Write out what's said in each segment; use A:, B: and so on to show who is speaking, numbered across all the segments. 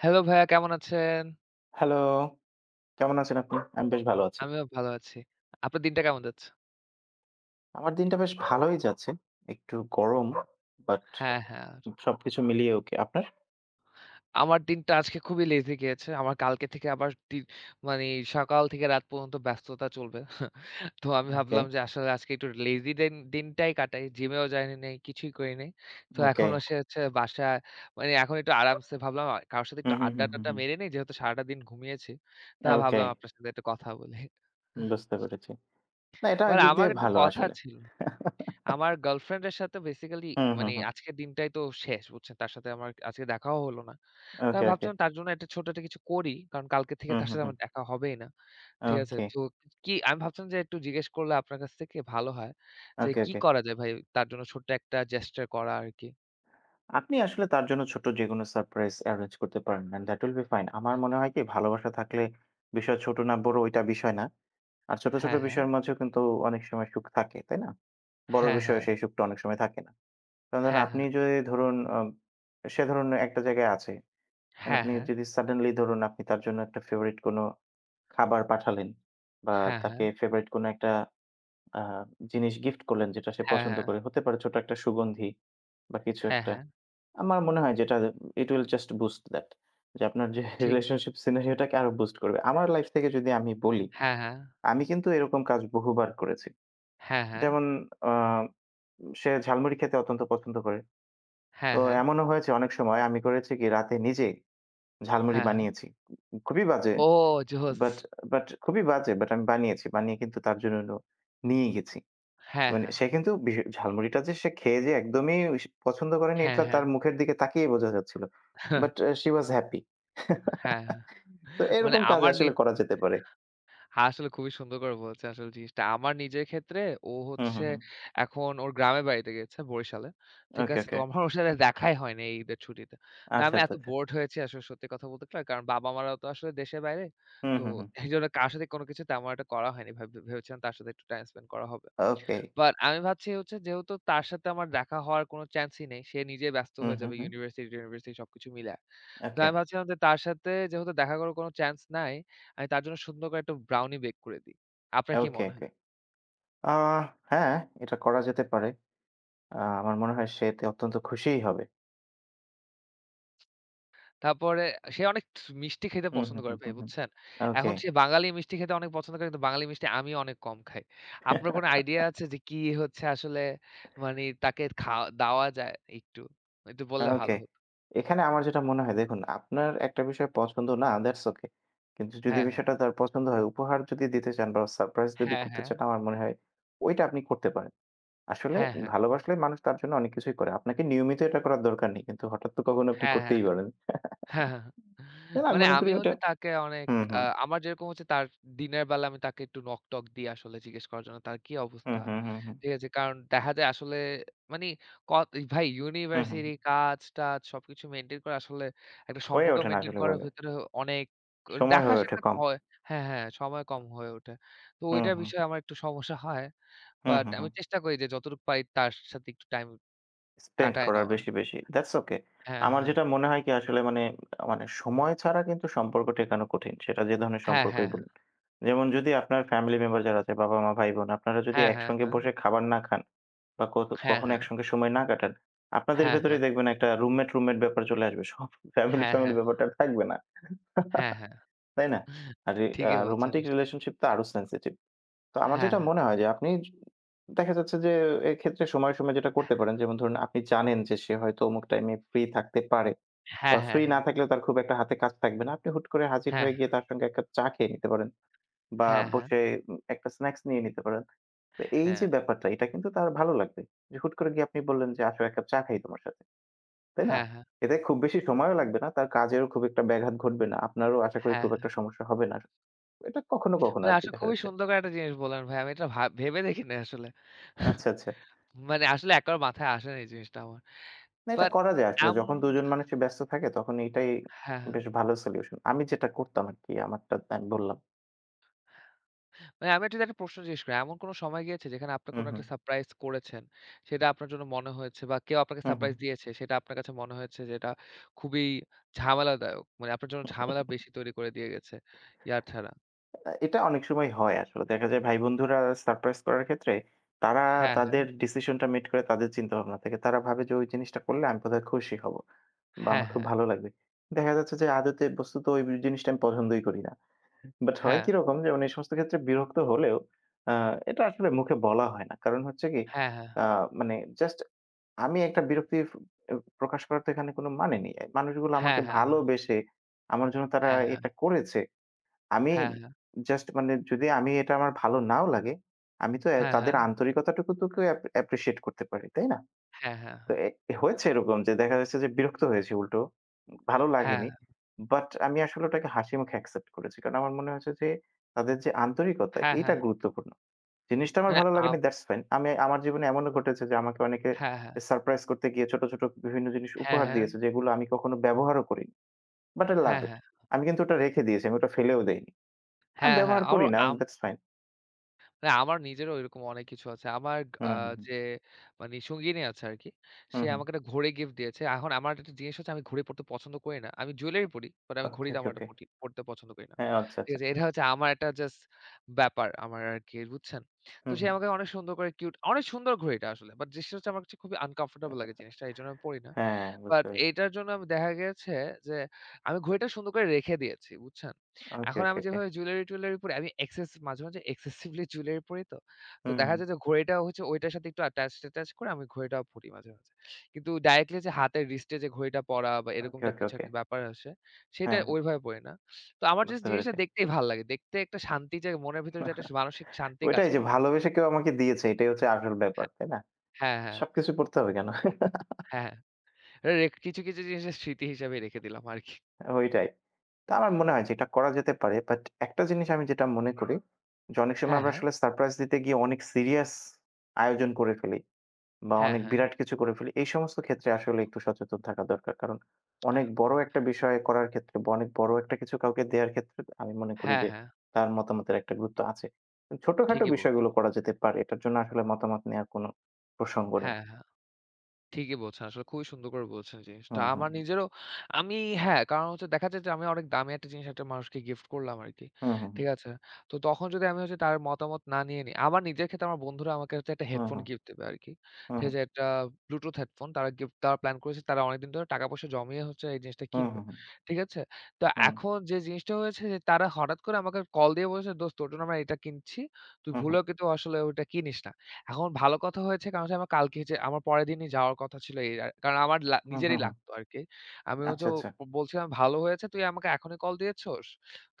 A: Hello ভাইয়া কেমন আছেন?
B: হ্যালো, কেমন আছেন আপনি? আমি বেশ ভালো আছি।
A: আমিও ভালো আছি। আপনার দিনটা কেমন যাচ্ছে?
B: আমার দিনটা বেশ ভালোই যাচ্ছে। একটু গরম, বাট
A: হ্যাঁ, হ্যাঁ।
B: সবকিছু মিলিয়ে ওকে। আপনার?
A: আমার দিনটা আজকে খুবই লেজি গিয়েছে। আমার কালকে থেকে আবার দি মানে সকাল থেকে রাত পর্যন্ত ব্যস্ততা চলবে। তো আমি
B: ওকে,
A: ভাবলাম যে আসলে আজকে একটু লেজি দিন দিনটাই কাটাই। জিমেও যাইনি নাই, কিছুই করি নাই। তো
B: ওকে।
A: এখন এসে হচ্ছে বাসায় মানে এখন একটু আরামসে ভাবলাম কারো সাথে
B: হুম,
A: একটু
B: হুম, হুম, হুম,
A: আড্ডা-টাড্ডা
B: হুম।
A: মেরে নেই যেহেতু সারাটা দিন ঘুমিয়েছি। তা
B: ওকে,
A: ভাবলাম আপনার সাথে একটু কথা বলি।
B: বুঝতে পেরেছি। না, এটা
A: মানে
B: একদিক
A: আমার
B: দিয়ে
A: একটু
B: ভালো
A: কথা
B: আসলে।
A: ছিল। আমার গার্লফ্রেন্ডের সাথে বেসিক্যালি
B: হুম, হুম,
A: মানে
B: হুম।
A: আজকের দিনটাই তো শেষ বুঝছেন? তার সাথে আমার আজকে দেখাও হলো না। তো
B: ওকে,
A: আমি
B: ওকে।
A: ভাবছিলাম তার জন্য একটা ছোট একটা কিছু করি। কারণ কালকে থেকে
B: হুম,
A: তার
B: হুম,
A: সাথে
B: হুম।
A: আমার দেখা হবেই না। ঠিক আছে?
B: ওকে,
A: তো কি আমি ভাবছিলাম যে একটু জিজ্ঞেস করলে আপনার কাছ থেকে ভালো হয় যে
B: ওকে,
A: কি
B: ওকে।
A: করা যায় ভাই তার জন্য ছোট্ট একটা জেস্চার করা আরকি।
B: আপনি আসলে তার জন্য ছোট্ট যেকোনো সারপ্রাইজ এরেঞ্জ করতে পারেন and that will be fine. আমার মনে হয় কি ভালোবাসা থাকলে বিষয় ছোট না বড় ওইটা বিষয় না। আর ছোট, ছোট
A: হ্যাঁ, হ্যাঁ।
B: বিষয়ের মাঝেও কিন্তু অনেক সময় সুখ থাকে, তাই না? বড়
A: হ্যাঁ,
B: বিষয়
A: হ্যাঁ।
B: সেই সুখটা অনেক সময় থাকে না। কারণ ধরেন
A: হ্যাঁ,
B: আপনি
A: হ্যাঁ।
B: যদি ধরুন সে ধরুন একটা জায়গায় আছে। মানে
A: হ্যাঁ,
B: আপনি
A: হ্যাঁ।
B: যদি সাডেনলি ধরুন আপনি তার জন্য একটা ফেভারিট কোনো খাবার পাঠালেন বা
A: হ্যাঁ, হ্যাঁ।
B: তাকে ফেভারিট কোনো একটা আ জিনিস গিফট করলেন যেটা সে
A: হ্যাঁ,
B: পছন্দ
A: হ্যাঁ।
B: করে। হতে পারে ছোট একটা সুগন্ধি বা কিছু
A: হ্যাঁ,
B: একটা।
A: হ্যাঁ।
B: আমার মনে হয় যেটা it will just boost that যে আপনার যে
A: ঠিক।
B: রিলেশনশিপ সিনারিওটাকে আরো বুস্ট করবে। আমার লাইফ থেকে যদি আমি বলি,
A: হ্যাঁ, হ্যাঁ।
B: আমি কিন্তু এরকম কাজ বহুবার করেছি।
A: হ্যাঁ, হ্যাঁ।
B: যেমন আ সে ঝালমুড়ি খেতে অত্যন্ত পছন্দ করে। তো
A: হ্যাঁ, হ্যাঁ।
B: এমনও হয়েছে অনেক সময় আমি করেছি কি রাতে নিজেই ঝালমুড়ি
A: হ্যাঁ, হ্যাঁ।
B: বানিয়েছি। খুবই বাজে
A: ও জোস!
B: বাট বাট খুবই বাজে বাট আমি বানিয়েছি। বানিয়ে কিন্তু তার জন্য হলো নিয়ে গেছি।
A: হ্যাঁ,
B: মানে
A: হ্যাঁ।
B: সে কিন্তু বিশ ঝালমুড়িটা যে সে খেয়ে যে একদমই পছন্দ করেনি এটা
A: হ্যাঁ,
B: তার মুখের দিকে তাকিয়েই বোঝা যাচ্ছিল।
A: হ্যাঁ।
B: But she was happy.
A: হ্যাঁ,
B: তো
A: হ্যাঁ। মানে
B: এরকম কাজ
A: আমার নি
B: আসলে করা যেতে পারে।
A: হ্যাঁ, আসলে খুবই সুন্দর করে বলেছেন আসলে জিনিসটা। আমার নিজের ক্ষেত্রে ও
B: হুম, হুম,
A: হচ্ছে
B: হুম।
A: এখন ওর গ্রামের বাড়িতে গেছে বরিশালে। ঠিক
B: ওকে,
A: আছে? তো
B: ওকে।
A: আমার ওর সাথে দেখাই হয়নি এই ঈদের ছুটিতে। তো
B: আচ্ছা,
A: আমি
B: আচ্ছা,
A: এত
B: আচ্ছা।
A: বোরড হয়েছি আসলে সত্যি কথা বলতে গেলে। কারণ বাবা-মারাও তো আসলে দেশের বাইরে।
B: হুম,
A: তো
B: হুম, হুম।
A: এইজন্য কার সাথে কোনো কিছু তেমন একটা করা হয়নি। ভেবেছিলাম তার সাথে একটু টাইম স্পেন্ড করা হবে।
B: ওকে।
A: বাট আমি ভাবছি হচ্ছে যেহেতু তার সাথে আমার দেখা হওয়ার কোনো চান্সই নেই। সে নিজেই ব্যস্ত
B: হুম,
A: হয়ে
B: হুম,
A: যাবে
B: হুম।
A: ইউনিভার্সিটি-টিউনিভার্সিটি সবকিছু মিলায়া। তো
B: ওকে,
A: আমি ভাবছিলাম যে তার সাথে যেহেতু দেখা করার কোনো চান্স নাই, আমি তার জন্য সুন্দর করে একটা ব্রাউনি বেক করে দিই। আপনার কি
B: ওকে,
A: মনে হয়?
B: ওকে। আ হ্যাঁ, এটা করা যেতে পারে। আমার মনে হয় সে এতে অত্যন্ত খুশিই হবে।
A: তারপরে সে অনেক মিষ্টি খেতে
B: হুম,
A: পছন্দ
B: হুম,
A: করে
B: হুম,
A: ভাই,
B: হুম, হুম।
A: বুঝছেন?
B: ওকে।
A: এখন সে বাঙালি মিষ্টি খেতে অনেক পছন্দ করে কিন্তু বাঙালি মিষ্টি আমি অনেক কম খাই। আপনার কোনো আইডিয়া আছে যে কি হচ্ছে আসলে মানে তাকে খাওয়া দেওয়া যায় একটু? একটু বললে
B: ওকে।
A: ভালো হতো।
B: এখানে আমার যেটা মনে হয় দেখুন, আপনার একটা বিষয় পছন্দ না, দ্যাটস ওকে। কিন্তু যদি
A: হ্যাঁ, হ্যাঁ।
B: বিষয়টা তার পছন্দ হয়, উপহার যদি দিতে চান বা সারপ্রাইজ যদি
A: হ্যাঁ,
B: করতে
A: হ্যাঁ।
B: চান, আমার মনে হয় ওইটা আপনি করতে পারেন। আসলে
A: হ্যাঁ, হ্যাঁ।
B: ভালোবাসলে মানুষ তার জন্য অনেক কিছুই করে। আপনাকে নিয়মিত এটা করার দরকার নেই। কিন্তু হঠাৎ তো কখনো আপনি
A: হ্যাঁ, হ্যাঁ।
B: করতেই পারেন।
A: হ্যাঁ, হ্যাঁ,
B: তাই
A: হ্যাঁ।
B: না? আমি
A: মানে
B: মনে করি
A: আমি
B: ওটা
A: হচ্ছে তাকে অনেক
B: হুম,
A: আ
B: হুম।
A: আমার যেরকম হচ্ছে তার দিনের বেলা আমি তাকে একটু নক-টক দিই আসলে জিজ্ঞেস করার জন্য তার কি
B: হুম,
A: অবস্থা।
B: হুম, হুম, হুম।
A: ঠিক আছে? কারণ দেখা যায় আসলে মানি ক ভাই
B: হুম, হুম,
A: ইউনিভার্সিটি
B: হুম।
A: কাজ-টাজ সবকিছু মেইনটেইন করা আসলে একটা
B: হয়ে
A: সম্পর্ক
B: ওঠে না
A: মেইনটেইন
B: আসলে
A: করার
B: ওভাবে।
A: ভেতরে অনেক
B: সময়
A: দেখা
B: হয়ে ওঠে
A: সাক্ষাৎ
B: কম।
A: হয়। হ্যাঁ, হ্যাঁ, সময় কম হয়ে ওঠে। তো
B: হুম,
A: ওইটার
B: হুম,
A: বিষয়ে আমার একটু সমস্যা হয়।
B: হুম,
A: বাট
B: হুম,
A: আমি
B: হুম।
A: চেষ্টা করি যে যতটুকু পারি তার সাথে একটু টাইম
B: স্পেন্ড
A: কাটায়
B: করার
A: নেওয়ার।
B: বেশি, বেশি। That's okay.
A: হ্যাঁ,
B: আমার
A: হ্যাঁ।
B: যেটা মনে হয় কি আসলে মানে, মানে সময় ছাড়া কিন্তু সম্পর্ক টেকানো কঠিন। সেটা যে ধরনের
A: হ্যাঁ,
B: সম্পর্কই
A: হ্যাঁ।
B: বলুন। যেমন যদি আপনার ফ্যামিলি মেম্বার যারা আছে বাবা-মা, ভাই-বোন আপনারা যদি
A: হ্যাঁ, হ্যাঁ,
B: একসঙ্গে
A: হ্যাঁ।
B: বসে খাবার না খান বা কত
A: হ্যাঁ,
B: কখনো
A: হ্যাঁ।
B: একসঙ্গে সময় না কাটান, আপনাদের
A: হ্যাঁ,
B: ভেতরেই
A: হ্যাঁ।
B: দেখবেন একটা রুমমেট, রুমমেট ব্যাপার চলে আসবে। সব ফ্যামিলি,
A: হ্যাঁ,
B: ফ্যামিলি
A: হ্যাঁ।
B: ব্যাপারটা আর থাকবে না।
A: হ্যাঁ, হ্যাঁ।
B: তাই না? আর এ আ
A: ঠিকই বলছেন।
B: রোমান্টিক রিলেশনশিপ তো আরো সেনসিটিভ। তো আমার
A: হ্যাঁ,
B: যেটা
A: হ্যাঁ।
B: মনে হয় যে আপনি দেখা যাচ্ছে যে এক্ষেত্রে সময়ে, সময়ে যেটা করতে পারেন যেমন ধরুন আপনি জানেন যে সে হয়তো অমুক টাইমে ফ্রি থাকতে পারে বা
A: হ্যাঁ, হ্যাঁ,
B: ফ্রি না
A: হ্যাঁ।
B: থাকলেও তার খুব একটা হাতে কাজ থাকবে না। আপনি হুট করে হাজির
A: হ্যাঁ,
B: হয়ে গিয়ে তার সঙ্গে ১ কাপ চা খেয়ে নিতে পারেন বা
A: হ্যাঁ, হ্যাঁ।
B: বসে একটা স্ন্যাকস নিয়ে নিতে পারেন। তো এই যে
A: হ্যাঁ,
B: ব্যাপারটা এটা কিন্তু তার ভালো লাগবে। যে হুট করে গিয়ে আপনি বললেন যে, "আসো ১ কাপ চা খাই তোমার সাথে।" তাই না?
A: হ্যাঁ, হ্যাঁ, হ্যাঁ।
B: এতে খুব বেশি সময়ও লাগবে না। তার কাজেরও খুব একটা ব্যাঘাত ঘটবে না। আপনারও আশা করি
A: হ্যাঁ।
B: খুব একটা সমস্যা হবে না। এটা কখনো, কখনো
A: মানে
B: আরকি
A: আসলে
B: দেখা
A: খুবই
B: যাচ্ছে।
A: সুন্দর করে একটা জিনিস বললেন ভাই। আমি এটা ভেবে দেখিনি আসলে।
B: আচ্ছা, আচ্ছা।
A: মানে আসলে একবার মাথায় আসেনি এই জিনিসটা আমার।
B: না, এটা
A: বাট
B: করা যায় আসলে।
A: আম
B: যখন ২ জন মানুষই ব্যস্ত থাকে তখন এটাই
A: হ্যাঁ, হ্যাঁ।
B: বেশ ভালো সলিউশন। আমি যেটা করতাম আরকি আমারটা আমি বললাম।
A: মানে আমি যদি একটা প্রশ্ন জিজ্ঞেস করি, এমন কোন সময় গিয়েছে যেখানে আপনি
B: হুম,
A: কোন
B: হুম।
A: একটা সারপ্রাইজ করেছেন, সেটা আপনার জন্য মনে হয়েছে বা কেউ আপনাকে
B: হুম, হুম।
A: সারপ্রাইজ দিয়েছে, সেটা আপনার কাছে মনে হয়েছে যে এটা খুবই ঝামেলাদায়ক। মানে আপনার জন্য ঝামেলা বেশি তৈরি করে দিয়ে গেছে, ইয়ার ছাড়া।
B: এটা অনেক সময় হয় আসলে। দেখা যায় ভাই-বন্ধুরা সারপ্রাইজ করার ক্ষেত্রে তারা
A: হ্যাঁ, হ্যাঁ।
B: তাদের ডিসিশনটা মেড করে তাদের চিন্তাভাবনা থেকে। তারা ভাবে যে ওই জিনিসটা করলে আমি বোধহয় খুশি হব বা
A: হ্যাঁ,
B: আমার খুব
A: হ্যাঁ।
B: ভালো লাগবে। দেখা যাচ্ছে যে আদতে বস্তুত ওই জিনিসটা আমি পছন্দই করি না। বাট হয়
A: হ্যাঁ,
B: কিরকম যেমন এই সমস্ত ক্ষেত্রে বিরক্ত হলেও আ এটা আসলে মুখে বলা হয় না। কারণ হচ্ছে কি
A: হ্যাঁ, হ্যাঁ।
B: আ মানে জাস্ট আমি একটা বিরক্তি প্রকাশ করার তো এখানে কোনো মানে নেই। মানুষগুলো আমাকে
A: হ্যাঁ, হ্যাঁ,
B: ভালোবেসে আমার জন্য তারা
A: হ্যাঁ,
B: এটা করেছে। আমি
A: হ্যাঁ,
B: জাস্ট মানে যদি আমি এটা আমার ভালো নাও লাগে, আমি তো
A: হ্যাঁ, হ্যাঁ, হ্যাঁ,
B: তাদের
A: হ্যাঁ,
B: আন্তরিকতাটুকু তো কেউ অ্যাপ্রিশিয়েট করতে পারি, তাই না?
A: হ্যাঁ, হ্যাঁ,
B: তো এ এ হয়েছে এরকম যে দেখা যাচ্ছে যে বিরক্ত হয়েছি উল্টো। ভালো
A: হ্যাঁ,
B: লাগেনি। বাট আমি আসলে ওটাকে হাসিমুখে অ্যাকসেপ্ট করেছি। কারণ আমার মনে হয়েছে যে তাদের যে আন্তরিকতা
A: হ্যাঁ,
B: এইটা
A: হ্যাঁ।
B: গুরুত্বপূর্ণ। জিনিসটা আমার
A: মানে
B: ভালো
A: আম
B: লাগেনি দ্যাটস ফাইন। আমি আমার জীবনে এমনও ঘটেছে যে আমাকে অনেকে
A: হ্যাঁ, হ্যাঁ।
B: সারপ্রাইজ করতে গিয়ে ছোট, ছোট বিভিন্ন জিনিস
A: হ্যাঁ,
B: উপহার
A: হ্যাঁ।
B: দিয়েছে যেগুলো আমি কখনো ব্যবহারও করিনি। বাট আই লাভ
A: হ্যাঁ,
B: ইট।
A: হ্যাঁ।
B: আমি কিন্তু ওটা রেখে দিয়েছি। আমি ওটা ফেলেও দেইনি।
A: হ্যাঁ, হ্যাঁ।
B: ব্যবহার করি
A: আমার
B: না।
A: Um
B: that's fine.
A: না, আমার নিজেরও এরকম অনেক কিছু আছে। আমার আ
B: হুম, হুম, হুম।
A: যে মানে সঙ্গিনী আছে আরকি।
B: হুম,
A: সে
B: হুম।
A: আমাকে একটা ঘড়ি গিফট দিয়েছে। এখন আমার একটা জিনিস হচ্ছে আমি ঘড়ি পরতে পছন্দ করি না। আমি জুয়েলারি পরি। বাট আমি ঘড়ি
B: ওকে, ওকে,
A: তেমন
B: ওকে।
A: একটা পরতে পছন্দ করি না।
B: হ্যাঁ, আচ্ছা,
A: ঠিক
B: আচ্ছা।
A: আছে? এটা হচ্ছে আমার একটা জাস্ট ব্যাপার আমার আরকি, বুঝছেন? তো
B: হুম,
A: সে
B: হুম।
A: আমাকে অনেক সুন্দর করে কিউট অনেক সুন্দর ঘড়িটা আসলে। বাট জিনিসটা হচ্ছে আমার কাছে খুবই আনকমফোর্টেবল লাগে জিনিসটা। এজন্য আমি পড়ি না।
B: হ্যাঁ, বুঝতে
A: বাট
B: পেরেছি।
A: এইটার জন্য আমি দেখা গেছে যে আমি ঘড়িটা সুন্দর করে রেখে দিয়েছি, বুঝছেন?
B: ওকে,
A: এখন
B: ওকে,
A: আমি
B: ওকে।
A: যেভাবে জুয়েলারি-টুয়েলারি পরি, আমি মাঝে, মাঝে এক্সেসিভলি জুয়েলারি পরি তো। তো
B: হুম, হুম।
A: দেখা যায় যে ঘড়িটা হচ্ছে ওইটার সাথে একটু ট্যাচ করে আমি ঘড়িটাও পরি মাঝে, মাঝে। কিন্তু ডাইরেক্টলি যে হাতের রিস্টে যে ঘড়িটা পরা বা এরকম
B: ওকে,
A: টাইপ
B: ওকে,
A: কিছু
B: ওকে।
A: একটা ব্যাপার আসে, সেটা
B: হ্যাঁ, হ্যাঁ।
A: ওইভাবে পড়ি না। তো আমার জাস্ট
B: বুঝতে
A: জিনিসটা
B: পেরেছি।
A: দেখতেই ভাল লাগে। দেখতে একটা শান্তি যে মনের ভিতরে যে একটা মানসিক শান্তি কাজ
B: ওইটাই যে
A: করে।
B: ভালোবেসে কেউ আমাকে দিয়েছে এটাই হচ্ছে আসল ব্যাপার,
A: হ্যাঁ,
B: তাই না?
A: হ্যাঁ, হ্যাঁ,
B: সবকিছু করতে হবে কেন?
A: হ্যাঁ, হ্যাঁ। রে কিছু, কিছু জিনিসের স্মৃতি হিসেবে রেখে দিলাম আরকি।
B: ওইটাই। তো আমার মনে হয় যে এটা করা যেতে পারে। বাট একটা জিনিস আমি যেটা মনে করি যে অনেক সময়
A: হ্যাঁ,
B: আমরা
A: হ্যাঁ।
B: আসলে সারপ্রাইজ দিতে গিয়ে অনেক সিরিয়াস আয়োজন করে ফেলি। বা
A: হ্যাঁ,
B: অনেক
A: হ্যাঁ।
B: বিরাট কিছু করে ফেলি। এই সমস্ত ক্ষেত্রে আসলে একটু সচেতন থাকা দরকার। কারণ অনেক বড় একটা বিষয় করার ক্ষেত্রে বা অনেক বড় একটা কিছু কাউকে দেয়ার ক্ষেত্রে আমি মনে করি
A: হ্যাঁ,
B: যে
A: হ্যাঁ,
B: তার মতামতের একটা গুরুত্ব আছে। কিন্তু ছোটখাটো
A: ঠিকই বল
B: বিষয়গুলো করা যেতে পারে। এটার জন্য আসলে মতামত নেওয়ার কোনো প্রসঙ্গ নেই।
A: হ্যাঁ, হ্যাঁ, ঠিকই বলছেন। আসলে খুবই সুন্দর করে বলছেন জিনিসটা।
B: হুম, হুম,
A: আমার
B: হুম।
A: নিজেরও আমি হ্যাঁ, কারণ হচ্ছে দেখা যায় যে আমি অনেক দামি একটা জিনিস একটা মানুষকে গিফট করলাম আরকি।
B: হুম, হুম,
A: ঠিক আছে? তো তখন যদি আমি হচ্ছে তার মতামত না নিয়ে নিই, আমার নিজের ক্ষেত্রে আমার বন্ধুরা আমাকে হচ্ছে একটা হেডফোন
B: হুম।
A: গিফট দেবে আরকি। ঠিক
B: হুম,
A: আছে? একটা ব্লুটুথ হেডফোন তারা গিফট দেওয়ার প্ল্যান করেছে। তারা অনেকদিন ধরে টাকা-পয়সা জমিয়ে হচ্ছে এই জিনিসটা
B: হুম,
A: কিনবে।
B: হুম।
A: ঠিক আছে?
B: হুম,
A: তো
B: হুম,
A: এখন
B: হুম।
A: যে জিনিসটা হয়েছে যে তারা হঠাৎ করে আমাকে কল দিয়ে বলেছে, "দোস্ত তোর জন্য আমরা এটা কিনছি। তুই
B: হুম,
A: ভুলেও কিন্তু আসলে ওইটা কিনিস না।" এখন ভালো কথা হয়েছে কারণ হচ্ছে আমার কালকে যে আমার পরের দিনই যাওয়ার কথা ছিল এই আর কারণ আমার
B: হুম, হুম।
A: নিজেরই
B: হুম।
A: লাগতো আরকি। আমি
B: আচ্ছা,
A: হচ্ছে ও
B: আচ্ছা।
A: বলছিলাম, "ভালো হয়েছে তুই আমাকে এখনই কল দিয়েছোস?"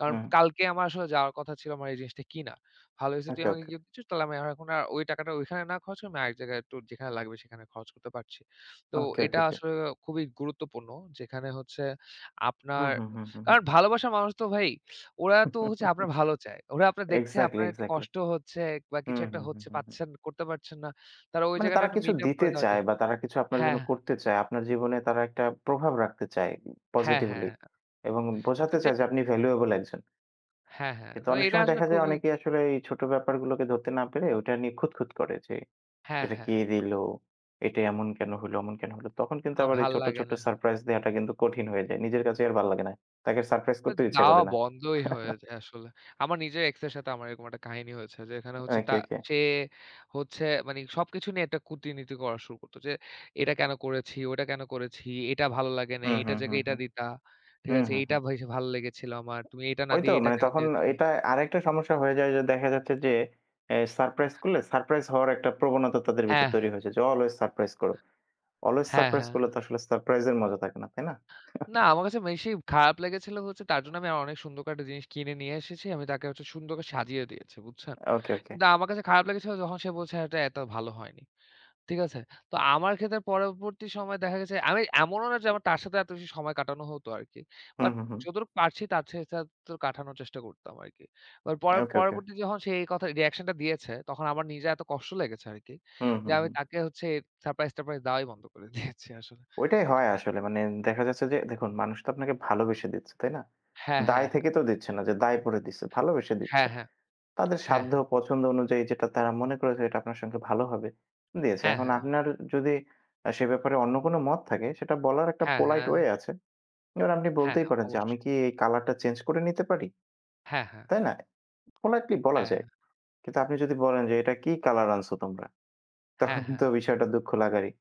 A: কারণ
B: হুম।
A: কালকে আমার আসলে যাওয়ার কথা ছিল আমার এই জিনিসটা কিনা। "ভালো হয়েছে তুই
B: ওকে,
A: আমাকে
B: ওকে।
A: গিফট দিচ্ছিস, তাহলে আমি আর এখন আর ওই টাকাটা ওইখানে না খরচ করে আমি আরেক জায়গায় একটু যেখানে লাগবে সেখানে খরচ করতে পারছি।" তো
B: ওকে, ওকে,
A: এটা
B: ওকে।
A: আসলে খুবই গুরুত্বপূর্ণ যেখানে হচ্ছে আপনার
B: হুম, হুম, হুম, হুম, হুম।
A: কারণ ভালোবাসার মানুষ তো ভাই ওরা তো হচ্ছে আপনার ভালো চায়। ওরা আপনার দেখছে
B: এক্সাক্টলি,
A: আপনার একটু
B: এক্সাক্টলি।
A: কষ্ট হচ্ছে বা কিছু
B: হুম,
A: একটা
B: হুম, হুম,
A: হচ্ছে
B: হুম, হুম।
A: পাচ্ছেন, করতে পারছেন না। তারা ওই
B: মানে
A: জায়গাটা
B: তারা
A: একটু
B: কিছু
A: মিট আপ
B: দিতে
A: করে দেওয়ার
B: চায়
A: চেষ্টা
B: বা তারা কিছু আপনার জন্য
A: হ্যাঁ,
B: করতে চায়। আপনার জীবনে তারা একটা প্রভাব রাখতে চায়
A: হ্যাঁ,
B: পজিটিভলি
A: হ্যাঁ। হ্যাঁ।
B: এবং
A: তো
B: বোঝাতে
A: যে
B: চায় যে আপনি ভ্যালুয়েবল একজন।
A: হ্যাঁ, হ্যাঁ।
B: কিন্তু
A: তো
B: অনেক
A: এটা
B: সময়
A: আসলে
B: দেখা যায়
A: খুবই
B: অনেকেই আসলে এই ছোট ব্যাপারগুলোকে ধরতে না পেরে ওটা নিয়ে খুঁতখুঁত করে যে,
A: হ্যাঁ,
B: "এটা
A: হ্যাঁ।
B: কে দিল? এটা এমন কেন হলো? অমন কেন হলো?" তখন কিন্তু
A: আমার
B: আবার এই
A: ভাল
B: ছোট,
A: লাগে
B: ছোট
A: না।
B: সারপ্রাইজ দেওয়াটা কিন্তু কঠিন হয়ে যায়। নিজের কাছেই আর ভাল লাগে না। তাকে সারপ্রাইজ করতেও ইচ্ছা
A: যাওয়া
B: করে না।
A: বন্ধই হয়ে যায় আসলে। আমার নিজের এক্স এর সাথে আমার এরকম একটা কাহিনী হয়েছে। যেখানে হচ্ছে তা
B: ওকে, ওকে।
A: সে হচ্ছে মানে সবকিছু নিয়ে একটা কূটনীতি করা শুরু করত। যে এটা কেন করেছি, ওটা কেন করেছি, এটা ভালো লাগে নাই,
B: হুম,
A: এটার
B: হুম, হুম,
A: জায়গায় এটা
B: হুম।
A: দিতা। ঠিক
B: হুম,
A: আছে?
B: হুম,
A: এইটা
B: হুম।
A: বেশ ভালো লেগেছিল আমার। তুমি এটা না
B: ওই তো
A: দিয়ে এটা
B: মানে
A: কেন
B: তখন
A: দিয়েছ?
B: এটা আরেকটা সমস্যা হয়ে যায় যে দেখা যাচ্ছে যে সারপ্রাইজ করলে সারপ্রাইজ হওয়ার একটা প্রবণতা তাদের ভিতর
A: হ্যাঁ,
B: তৈরি হয়েছে যে অলওয়েজ সারপ্রাইজ করো। অলওয়েজ
A: হ্যাঁ,
B: সারপ্রাইজ
A: হ্যাঁ।
B: করলে তো আসলে সারপ্রাইজ এর মজা থাকে না, তাই না?
A: না আমার কাছে বেশি খারাপ লেগেছিল হচ্ছে তার জন্য আমি অনেক সুন্দর করে একটা জিনিস কিনে নিয়ে এসেছি। আমি তাকে হচ্ছে সুন্দর করে সাজিয়ে দিয়েছি। বুঝছেন?
B: ওকে, ওকে।
A: কিন্তু আমার কাছে খারাপ লেগেছিল যখন সে বলছে এটা এত ভালো হয়নি। ঠিক আছে? তো আমার ক্ষেত্রে পরবর্তী সময়ে দেখা গেছে আমি এমনও না যে আমার তার সাথে এত বেশি সময় কাটানো হতো আরকি।
B: হুম,
A: বাট
B: হুম, হুম।
A: যতটুকু পারছি তার সাথে তো কাটানোর চেষ্টা করতাম আরকি। এবার পরে
B: ওকে, ওকে।
A: পরবর্তী যখন সে এই কথা রিঅ্যাকশন টা দিয়েছে তখন আমার নিজের এত কষ্ট লেগেছে আরকি।
B: হুম,
A: যে
B: হুম,
A: আমি
B: হুম।
A: তাকে হচ্ছে সারপ্রাইজ-টারপ্রাইজ দেওয়াই বন্ধ করে দিয়েছি আসলে।
B: ওইটাই হয় আসলে মানে দেখা যাচ্ছে যে দেখুন মানুষ তো আপনাকে ভালোবেসে দিচ্ছে, তাই না?
A: হ্যাঁ, হ্যাঁ,
B: দায় থেকে তো দিচ্ছে না যে দায় পড়ে দিচ্ছে, ভালোবেসে দিচ্ছে।
A: হ্যাঁ, হ্যাঁ,
B: তাদের
A: হ্যাঁ,
B: সাধ্য পছন্দ অনুযায়ী যেটা তারা মনে করেছে এটা আপনার সঙ্গে ভালো হবে, দিয়েছে।
A: হ্যাঁ,
B: এখন
A: হ্যাঁ,
B: আপনার যদি সে ব্যাপারে অন্য কোনো মত থাকে সেটা বলার একটা
A: হ্যাঁ,
B: পোলাইট
A: হ্যাঁ,
B: ওয়ে
A: হ্যাঁ,
B: আছে। এবার আপনি
A: হ্যাঁ,
B: বলতেই
A: হ্যাঁ,
B: পারেন যে, "আমি
A: অবশ্যই।
B: কি এই কালারটা চেঞ্জ করে নিতে পারি?"
A: হ্যাঁ, হ্যাঁ,
B: তাই না? পোলাইটলি বলা
A: হ্যাঁ,
B: যায়। কিন্তু আপনি যদি বলেন যে, "এটা কি কালার আনছো তোমরা?" তখন
A: হ্যাঁ, হ্যাঁ,
B: তো বিষয়টা দুঃখ লাগারই।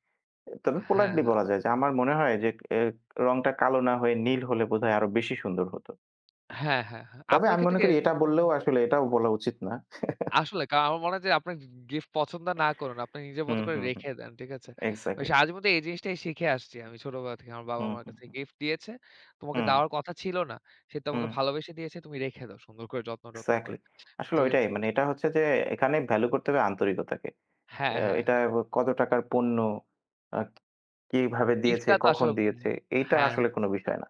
B: তবে
A: হ্যাঁ,
B: পোলাইটলি
A: হ্যাঁ,
B: বলা যায় যে, "আমার মনে হয় যে এ রংটা কালো না হয়ে নীল হলে বোধহয় আরো বেশি সুন্দর হতো।"
A: হ্যাঁ, হ্যাঁ, হ্যাঁ।
B: তবে
A: আপনার
B: আমি
A: ক্ষেত্রে
B: মনে
A: কি
B: করি এটা
A: এরকম কোন
B: বললেও আসলে এটাও বলা উচিত না।
A: আসলে আমার মনে হয় যে আপনি গিফট পছন্দ না করুন। আপনি নিজের
B: হুম,
A: মতো করে
B: হুম, হুম।
A: রেখে দেন। ঠিক আছে?
B: এক্সাক্টলি।
A: বেশ আজ পর্যন্ত এই জিনিসটাই শিখে আসছি আমি ছোটবেলা থেকে। আমার
B: হুম,
A: বাবা-মার
B: হুম,
A: কাছে
B: হুম।
A: গিফট দিয়েছে। তোমাকে
B: হুম।
A: দেওয়ার কথা ছিল না। সে তোমাকে
B: হুম,
A: ভালোবেসে দিয়েছে, তুমি রেখে দাও। সুন্দর করে যত্ন-টত্ন
B: এক্সাক্টলি।
A: করে।
B: আসলে
A: ঠিক
B: ওইটাই
A: আছে?
B: মানে এটা হচ্ছে যে এখানে ভ্যালু করতে হবে আন্তরিকতাকে।
A: হ্যাঁ, হ্যাঁ। হ্যাঁ,
B: এটা কত টাকার পণ্য, আ কিভাবে দিয়েছে,
A: গিফটটা তো
B: কখন
A: আসলে
B: দিয়েছে, এইটা
A: হ্যাঁ,
B: আসলে কোনো বিষয় না।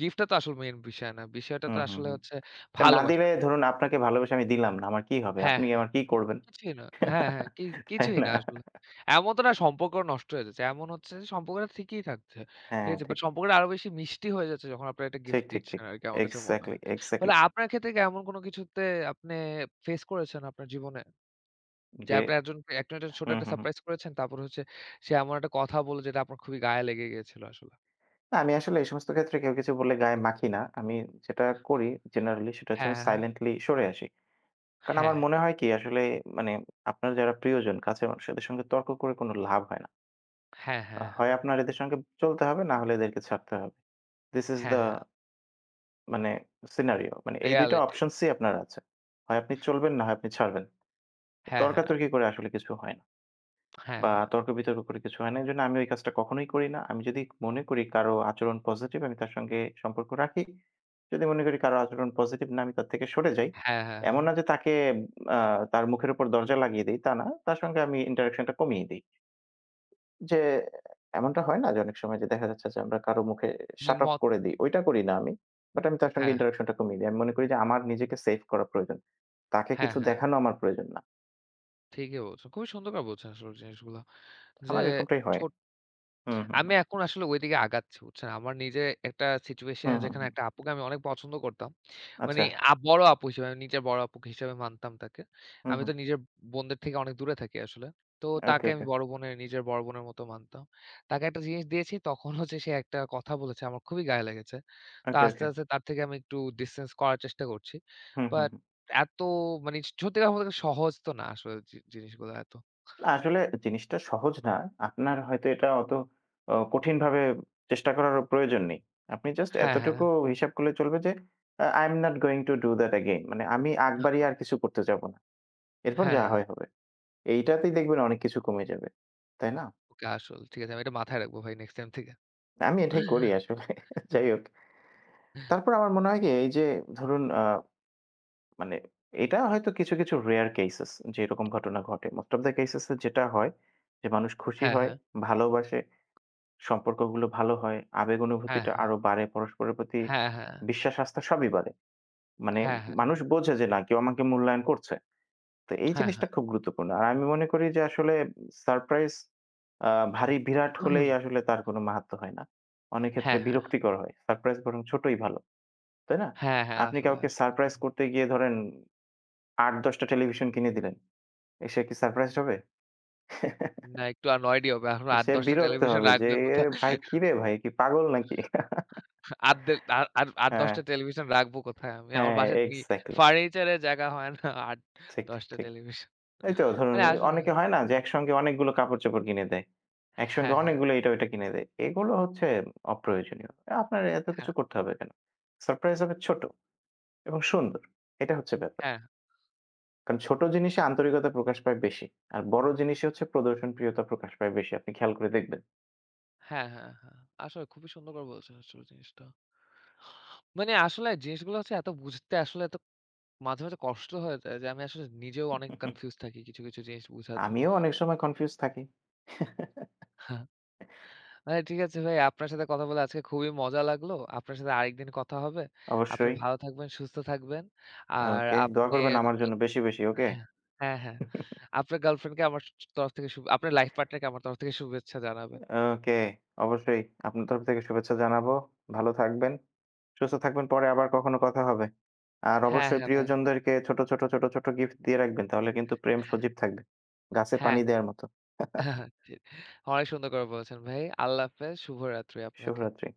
A: গিফটটা তো আসলে মেইন বিষয় না। বিষয়টা
B: হুম,
A: তো
B: হুম,
A: আসলে
B: হুম।
A: হচ্ছে
B: কারণ না
A: ভালোবাসা।
B: দিলে ধরুন আপনাকে ভালোবেসে আমি দিলাম না, আমার কি হবে?
A: হ্যাঁ।
B: আপনি আমার কি করবেন?
A: কিছুই না। হ্যাঁ, হ্যাঁ।
B: তাই
A: কিছুই
B: না?
A: না আসলে। এমন তো না সম্পর্ক নষ্ট হয়ে যাচ্ছে। এমন হচ্ছে যে সম্পর্কটা ঠিকই থাকছে। ঠিক
B: হ্যাঁ,
A: আছে?
B: ঠিক,
A: বাট সম্পর্কটা আরো বেশি মিষ্টি হয়ে যাচ্ছে যখন আপনারা একটা
B: ঠিক,
A: গিফট
B: ঠিক,
A: দিচ্ছেন
B: ঠিক।
A: আরকি আমার কাছে মনে
B: এক্সাক্টলি,
A: হয়। ফলে
B: এক্সাক্টলি।
A: আপনার ক্ষেত্রে কি এমন কোনো কিছুতে আপনি ফেস করেছেন আপনার জীবনে? যে
B: যে
A: আপনার একজন একজনকে ছোট
B: হুম,
A: একটা
B: হুম, হুম।
A: সারপ্রাইজ করেছেন। তারপর হচ্ছে সে এমন একটা কথা বলল যেটা আপনার খুবই গায়ে লেগে গিয়েছিল আসলে।
B: না আমি আসলে এই সমস্ত ক্ষেত্রে কেউ কিছু বললে গায়ে মাখি না। আমি যেটা করি জেনারেলি সেটা হচ্ছে আমি
A: হ্যাঁ,
B: সাইলেন্টলি সরে আসি। কারণ
A: হ্যাঁ,
B: আমার মনে হয় কি আসলে মানে আপনার যারা প্রিয়জন কাছের মানুষ এদের সঙ্গে তর্ক করে কোনো লাভ হয় না।
A: হ্যাঁ, হ্যাঁ,
B: হয় আপনার এদের সঙ্গে চলতে হবে না হলে এদেরকে ছাড়তে হবে। this is the
A: হ্যাঁ, হ্যাঁ,
B: মানে সিনারিও মানে এই ২ টা
A: রিয়ালিটি।
B: অপশনস ই আপনার আছে। হয় আপনি চলবেন না হয় আপনি ছাড়বেন।
A: হ্যাঁ, হ্যাঁ,
B: তর্কাতর্কি করে আসলে কিছু হয় না।
A: হ্যাঁ,
B: বা
A: হ্যাঁ,
B: তর্ক-বিতর্ক করে কিছু হয় না। এজন্য আমি ওই কাজটা কখনোই করি না। আমি যদি মনে করি কারো আচরণ পজিটিভ, আমি তার সঙ্গে সম্পর্ক রাখি। যদি মনে করি কারো আচরণ পজিটিভ না, আমি তার থেকে সরে যাই।
A: হ্যাঁ, হ্যাঁ,
B: এমন
A: হ্যাঁ।
B: না যে তাকে আ তার মুখের উপর দরজা লাগিয়ে দেই, তা না। তার সঙ্গে আমি ইন্টারেকশন টা কমিয়ে দেই। যে এমনটা হয় না যে অনেক সময় যে দেখা যাচ্ছে যে আমরা কারো মুখে শাট অফ
A: নিমত
B: করে দেই, ওইটা করি না আমি। বাট আমি তার সঙ্গে
A: হ্যাঁ,
B: ইন্টারেকশন টা কমিয়ে দেই। আমি মনে করি যে আমার নিজেকে সেভ করা প্রয়োজন। তাকে
A: হ্যাঁ,
B: কিছু
A: হ্যাঁ।
B: দেখানো
A: হ্যাঁ
B: আমার প্রয়োজন না।
A: ঠিকই বলছেন। খুবই সুন্দর করে বলছেন আসলে জিনিসগুলা। যে
B: আমার এরকমটাই হয়।
A: ছোট
B: হুম, হুম,
A: আমি
B: হুম।
A: এখন আসলে ওইদিকে আগাচ্ছি বুঝছেন? আমার নিজে একটা
B: হুম,
A: সিচুয়েশন
B: হুম,
A: যেখানে
B: হুম।
A: একটা আপুকে আমি অনেক পছন্দ করতাম। মানে
B: আচ্ছা।
A: বড় আপু হিসেবে আমি নিজের বড় আপু হিসেবে মানতাম তাকে।
B: হুম,
A: আমি
B: হুম।
A: তো নিজের বোনদের থেকে অনেক দূরে থাকি আসলে। তো
B: ওকে,
A: তাকে আমি
B: ওকে,
A: বড় বোনের নিজের বড় বোনের মতো মানতাম। তাকে একটা জিনিস দিয়েছি তখন হচ্ছে সে একটা কথা বলেছে আমার খুবই গায়ে লেগেছে। তো
B: ওকে,
A: আস্তে,
B: ওকে।
A: আস্তে তার থেকে আমি একটু ডিসট্যান্স করার চেষ্টা করছি।
B: হুম, হুম,
A: বাট
B: হুম।
A: এত মানে সত্যি কথা বলতে সহজ তো না আসলে জিনিসগুলো এত।
B: না আসলে জিনিসটা সহজ না। আপনার হয়তো এটা অত কঠিনভাবে চেষ্টা করারও প্রয়োজন নেই। আপনি জাস্ট
A: হ্যাঁ, হ্যাঁ।
B: এতটুকু হিসাব করলে চলবে যে I am not going to do that again. মানে আমি আগ বাড়িয়ে
A: হা
B: আর কিছু করতে যাব না। এরপর
A: হ্যাঁ,
B: যা
A: হ্যাঁ।
B: হয় হবে। এইটাতেই দেখবেন অনেক কিছু কমে যাবে। তাই না?
A: ওকে আসল। ঠিক আছে। আমি এটা মাথায় রাখবো ভাই নেক্সট টাইম থেকে।
B: আমি এটাই করি আসলে। যাই হোক। তারপর আমার মনে হয় কি এই যে ধরুন মানে এটা হয়তো কিছু, কিছু রেয়ার কেসেস যে এরকম ঘটনা ঘটে। মোস্ট অফ দ্যা কেসেস এ যেটা হয় যে মানুষ খুশি
A: হ্যাঁ,
B: হয়,
A: হ্যাঁ।
B: ভালোবাসে, সম্পর্কগুলো ভালো হয়, আবেগ
A: হ্যাঁ,
B: অনুভূতিটা
A: হ্যাঁ।
B: আরো বাড়ে, পরস্পরের প্রতি
A: হ্যাঁ, হ্যাঁ।
B: বিশ্বাস আস্থা সবই বাড়ে। মানে
A: হ্যাঁ, হ্যাঁ।
B: মানুষ বোঝে যে না কেউ আমাকে মূল্যায়ন করছে। তো এই
A: হ্যাঁ,
B: জিনিসটা
A: হ্যাঁ।
B: খুব গুরুত্বপূর্ণ। আর আমি মনে করি যে আসলে সারপ্রাইজ আ ভারী বিরাট হলেই আসলে তার কোনো মাহাত্ম্য হয় না। অনেক ক্ষেত্রে
A: হ্যাঁ, হ্যাঁ।
B: বিরক্তিকর হয়। সারপ্রাইজ বরং ছোটই ভালো। তাই না?
A: হ্যাঁ, হ্যাঁ,
B: আপনি
A: আসলে,
B: কাউকে
A: আসলে।
B: সারপ্রাইজ করতে গিয়ে ধরেন ৮-১০ টা টেলিভিশন কিনে দিলেন। এ সে কি সারপ্রাইজড হবে?
A: না একটু annoyed ই হবে। এখন
B: সে
A: ৮-১০ টা
B: বিরক্ত
A: টেলিভিশন
B: হবে যে,
A: রাখবে
B: "এ
A: কোথায়?
B: ভাই কিরে ভাই কি পাগল নাকি?"
A: আট দে আর আর ৮-১০
B: হ্যাঁ,
A: টা টেলিভিশন রাখবো কোথায় আমি? আমার
B: হ্যাঁ,
A: বাসায়
B: এক্সাক্টলি।
A: ফার্নিচারের জায়গা হয় না
B: ঠিক, ঠিক,
A: ৮-১০ টা
B: ঠিক।
A: টেলিভিশন।
B: এই তো ধরুন
A: মানে আসলে
B: অনেকে হয় না যে একসঙ্গে অনেকগুলো কাপড়-চোপড় কিনে দেয়। একসঙ্গে
A: হ্যাঁ, হ্যাঁ।
B: অনেকগুলো এটা ওইটা কিনে দেয়। এগুলো হচ্ছে অপ্রয়োজনীয়। আপনার এত কিছু
A: হ্যাঁ,
B: করতে হবে কেন? সারপ্রাইজ হবে ছোট এবং সুন্দর। এটা হচ্ছে ব্যাপার।
A: হ্যাঁ,
B: কারণ ছোট জিনিসে আন্তরিকতা প্রকাশ পায় বেশি। আর বড় জিনিসে হচ্ছে প্রদর্শনপ্রিয়তা প্রকাশ পায় বেশি। আপনি খেয়াল করে দেখবেন।
A: হ্যাঁ, হ্যাঁ, হ্যাঁ। আসলে খুবই সুন্দর করে বলেছেন আসলে জিনিসটা। মানে আসলে জিনিসগুলো হচ্ছে এত বুঝতে আসলে এত মাঝে, মাঝে কষ্ট হয়ে যায় যে আমি আসলে নিজেও অনেক কনফিউজ থাকি কিছু, কিছু জিনিস বুঝাতে।
B: আমিও অনেক সময় কনফিউজ থাকি।
A: মানে ঠিক আছে ভাই আপনার সাথে কথা বলে আজকে খুবই মজা লাগলো। আপনার সাথে আরেকদিন কথা হবে। আপনি
B: অবশ্যই।
A: ভালো থাকবেন, সুস্থ থাকবেন। আর
B: ওকে, দোয়া করবেন
A: আপনার
B: আমার জন্য বেশি, বেশি। ওকে?
A: হ্যাঁ, হ্যাঁ, হ্যাঁ। আপনার গার্লফ্রেন্ডকে আমার তরফ থেকে শুভ আপনার লাইফ পার্টনারকে আমার তরফ থেকে শুভেচ্ছা জানাবেন।
B: ওকে, অবশ্যই। আপনার তরফ থেকে শুভেচ্ছা জানাবো। ভালো থাকবেন, সুস্থ থাকবেন। পরে আবার কখনো কথা হবে। আর
A: হ্যাঁ,
B: অবশ্যই
A: হ্যাঁ ভাই।
B: প্রিয়জনদেরকে ছোট, ছোট, ছোট, ছোট গিফট দিয়ে রাখবেন। তাহলে কিন্তু প্রেম
A: হ্যাঁ,
B: সজীব থাকবে। গাছে পানি
A: হ্যাঁ,
B: দেয়ার মতো।
A: হ্যাঁ। ঠিক। অনেক সুন্দর করে বলেছেন ভাই। আল্লাহ হাফেজ। শুভরাত্রি আপনাকে।
B: শুভরাত্রি।